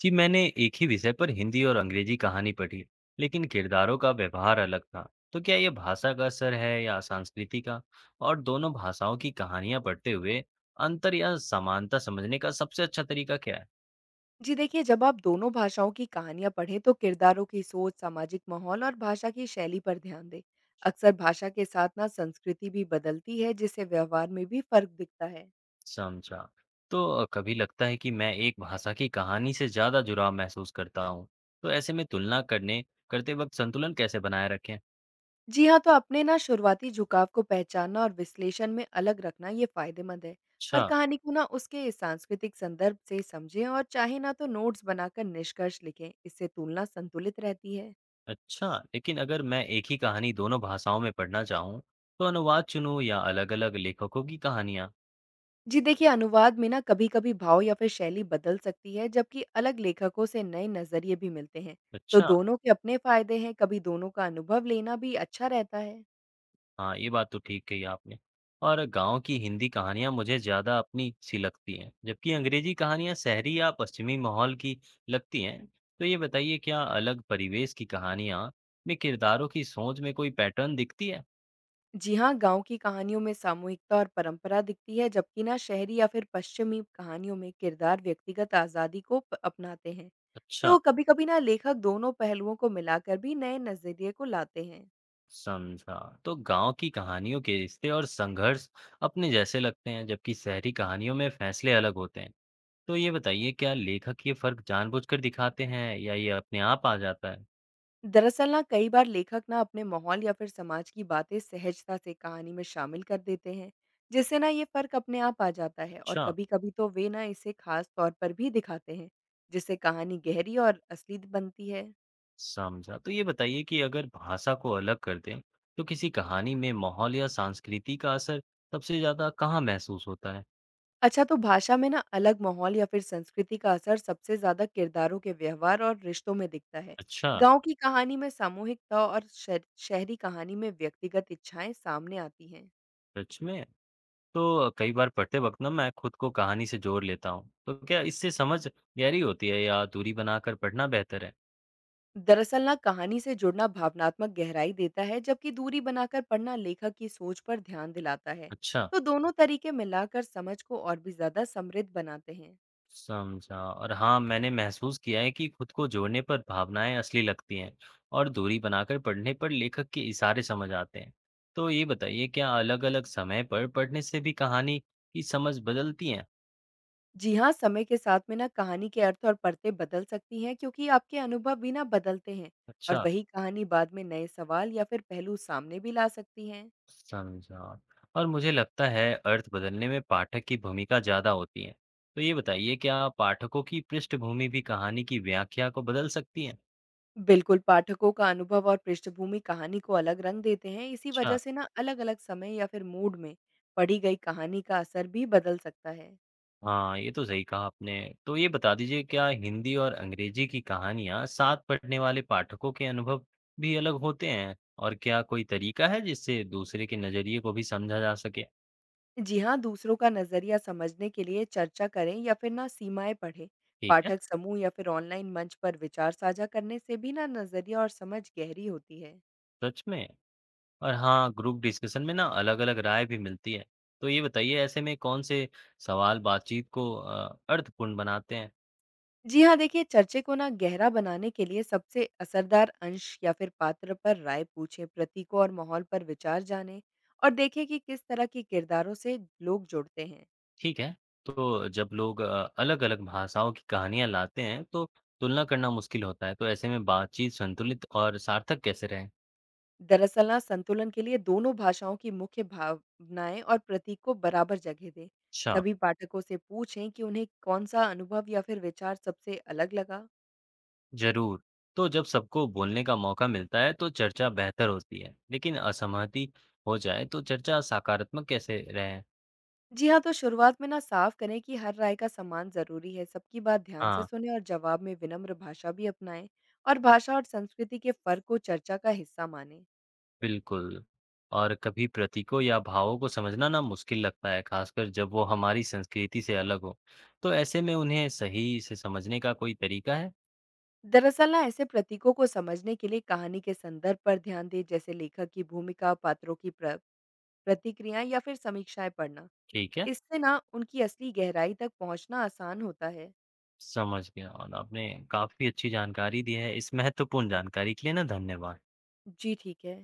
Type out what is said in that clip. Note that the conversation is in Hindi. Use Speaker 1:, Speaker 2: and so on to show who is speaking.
Speaker 1: जी मैंने एक ही विषय पर हिंदी और अंग्रेजी कहानी पढ़ी लेकिन किरदारों का व्यवहार अलग था। तो क्या ये भाषा का असर है या संस्कृति का? और दोनों भाषाओं की कहानियां पढ़ते हुए अंतर या समानता समझने का सबसे अच्छा तरीका क्या है?
Speaker 2: जी देखिए जब आप दोनों भाषाओं की कहानियाँ पढ़ें तो किरदारों की सोच, सामाजिक माहौल और भाषा की शैली पर ध्यान दें। अक्सर भाषा के साथ ना संस्कृति भी बदलती है जिससे व्यवहार में भी फर्क दिखता है।
Speaker 1: समझा। तो कभी लगता है कि मैं एक भाषा की कहानी से ज्यादा जुड़ाव महसूस करता हूँ। तो ऐसे में तुलना करने करते वक्त संतुलन कैसे बनाए रखें?
Speaker 2: जी हाँ तो अपने ना शुरुआती झुकाव को पहचानना और विश्लेषण में अलग रखना ये फायदेमंद है।
Speaker 1: अच्छा।
Speaker 2: हर कहानी को ना उसके सांस्कृतिक संदर्भ से समझें और चाहे ना तो नोट्स बनाकर निष्कर्ष लिखें। इससे तुलना संतुलित रहती है।
Speaker 1: अच्छा, लेकिन अगर मैं एक ही कहानी दोनों भाषाओं में पढ़ना चाहूँ, तो अनुवाद चुनूँ या अलग-अलग लेखकों की कहानियाँ?
Speaker 2: जी देखिए, अनुवाद में ना कभी-कभी भाव या फिर शैली बदल सकती है, जबकि अलग लेखकों से नए नज़रिए भी मिलते हैं। तो
Speaker 1: अच्छा।
Speaker 2: दोनों के अपने फ़ायदे हैं, कभी दोनों का अनुभव लेना भी अच्छा रहता है।
Speaker 1: हाँ, ये बात तो ठीक कही आपने। और गांव की हिंदी कहानियाँ मुझे ज़्यादा अपनी सी लगती हैं, जबकि अंग्रेजी कहानियाँ शहरी या पश्चिमी माहौल की लगती हैं। तो ये बताइए, क्या अलग परिवेश की कहानियाँ में किरदारों की सोच में कोई पैटर्न दिखती है?
Speaker 2: जी हाँ, गाँव की कहानियों में सामूहिकता और परंपरा दिखती है, जबकि ना शहरी या फिर पश्चिमी कहानियों में किरदार व्यक्तिगत आज़ादी को प अपनाते हैं।
Speaker 1: अच्छा।
Speaker 2: तो कभी-कभी ना लेखक दोनों पहलुओं को मिलाकर भी नए नज़रिए को लाते हैं।
Speaker 1: समझा। तो गांव की कहानियों के रिश्ते और संघर्ष अपने जैसे लगते हैं, जबकि शहरी कहानियों में फैसले अलग होते हैं। तो ये बताइए क्या लेखक ये फर्क जानबूझकर दिखाते हैं या ये अपने आप आ जाता है?
Speaker 2: दरअसल ना कई बार लेखक ना अपने माहौल या फिर समाज की बातें सहजता से कहानी में शामिल कर देते हैं जिससे ना ये फर्क अपने आप आ जाता है और
Speaker 1: अच्छा।
Speaker 2: कभी कभी तो वे ना इसे खास तौर पर भी दिखाते हैं जिससे कहानी गहरी और असली बनती है।
Speaker 1: समझा। तो ये बताइए कि अगर भाषा को अलग कर दें, तो किसी कहानी में माहौल या संस्कृति का असर सबसे ज्यादा कहाँ महसूस होता है?
Speaker 2: अच्छा तो भाषा में ना अलग माहौल या फिर संस्कृति का असर सबसे ज्यादा किरदारों के व्यवहार और रिश्तों में दिखता है।
Speaker 1: अच्छा।
Speaker 2: गांव की कहानी में सामूहिकता और शहरी कहानी में व्यक्तिगत इच्छाएं सामने आती हैं।
Speaker 1: सच में? तो कई बार पढ़ते वक्त ना मैं खुद को कहानी से जोड़ लेता हूँ। तो क्या इससे समझ गहरी होती है या दूरी बनाकर पढ़ना बेहतर है?
Speaker 2: दरअसल ना कहानी से जुड़ना भावनात्मक गहराई देता है जबकि दूरी बनाकर पढ़ना लेखक की सोच पर ध्यान दिलाता है।
Speaker 1: अच्छा।
Speaker 2: तो दोनों तरीके मिलाकर समझ को और भी ज्यादा समृद्ध बनाते हैं।
Speaker 1: समझा। और हाँ, मैंने महसूस किया है कि खुद को जोड़ने पर भावनाएं असली लगती हैं और दूरी बनाकर पढ़ने पर लेखक के इशारे समझ आते हैं। तो ये बताइए क्या अलग-अलग समय पर पढ़ने से भी कहानी की समझ बदलती है?
Speaker 2: जी हाँ समय के साथ में ना कहानी के अर्थ और परतें बदल सकती हैं क्योंकि आपके अनुभव भी ना बदलते हैं। और
Speaker 1: अच्छा।
Speaker 2: वही कहानी बाद में नए सवाल या फिर पहलू सामने भी ला सकती हैं।
Speaker 1: समझा। और मुझे लगता है अर्थ बदलने में पाठक की भूमिका ज़्यादा होती है। तो ये बताइए क्या पाठकों की पृष्ठभूमि भी कहानी की व्याख्या को बदल सकती है?
Speaker 2: बिल्कुल पाठकों का अनुभव और पृष्ठभूमि कहानी को अलग रंग देते हैं, इसी
Speaker 1: अच्छा।
Speaker 2: वजह से ना अलग अलग समय या फिर मूड में पढ़ी गई कहानी का असर भी बदल सकता है।
Speaker 1: हाँ, ये तो सही कहा आपने। तो ये बता दीजिए क्या हिंदी और अंग्रेजी की कहानियाँ साथ पढ़ने वाले पाठकों के अनुभव भी अलग होते हैं? और क्या कोई तरीका है जिससे दूसरे के नज़रिए को भी समझा जा सके?
Speaker 2: जी हाँ, दूसरों का नज़रिया समझने के लिए चर्चा करें या फिर ना सीमाएं पढ़ें।
Speaker 1: ठीक है।
Speaker 2: पाठक समूह या फिर ऑनलाइन मंच पर विचार साझा करने से भी ना नज़रिया और समझ गहरी होती है।
Speaker 1: सच में? और हाँ, ग्रुप डिस्कशन में ना अलग-अलग राय भी मिलती है। तो ये बताइए ऐसे में कौन से सवाल बातचीत को अर्थपूर्ण बनाते हैं?
Speaker 2: जी हाँ, देखिए चर्चे को ना गहरा बनाने के लिए सबसे असरदार अंश या फिर पात्र पर राय पूछें, प्रतीकों और माहौल पर विचार जानें और देखें कि किस तरह के किरदारों से लोग जुड़ते हैं।
Speaker 1: ठीक है। तो जब लोग अलग-अलग भाषाओं की कहानियाँ लाते हैं, तो तुलना करना मुश्किल होता है, तो ऐसे में बातचीत संतुलित और सार्थक कैसे रहे?
Speaker 2: दरअसल ना संतुलन के लिए दोनों भाषाओं की मुख्य भावनाएं और प्रतीक को बराबर जगह दें।
Speaker 1: अच्छा।
Speaker 2: सभी पाठकों से पूछें कि उन्हें कौन सा अनुभव या फिर विचार सबसे अलग लगा।
Speaker 1: ज़रूर। तो जब सबको बोलने का मौका मिलता है, तो चर्चा बेहतर होती है, लेकिन असहमति हो जाए, तो चर्चा सकारात्मक कैसे रहे?
Speaker 2: जी हाँ तो शुरुआत में ना साफ करें कि हर राय का सम्मान जरूरी है, सबकी बात ध्यान से
Speaker 1: हाँ।
Speaker 2: सुने और जवाब में विनम्र भाषा भी अपनाएं। और भाषा और संस्कृति के फर्क को चर्चा का हिस्सा माने।
Speaker 1: बिल्कुल। और कभी प्रतीकों या भावों को समझना ना मुश्किल लगता है, खासकर जब वो हमारी संस्कृति से अलग हो। तो ऐसे में उन्हें सही से समझने का कोई तरीका है?
Speaker 2: दरअसल ना ऐसे प्रतीकों को समझने के लिए कहानी के संदर्भ पर ध्यान दें, जैसे लेखक की भूमिका, पात्रों की प्रतिक्रियाएं या फिर समीक्षाएं पढ़ना।
Speaker 1: ठीक है।
Speaker 2: इससे ना उनकी असली गहराई तक पहुँचना आसान होता है।
Speaker 1: समझ गया और आपने काफ़ी अच्छी जानकारी दी है। इस महत्वपूर्ण जानकारी के लिए ना धन्यवाद।
Speaker 2: जी, ठीक है।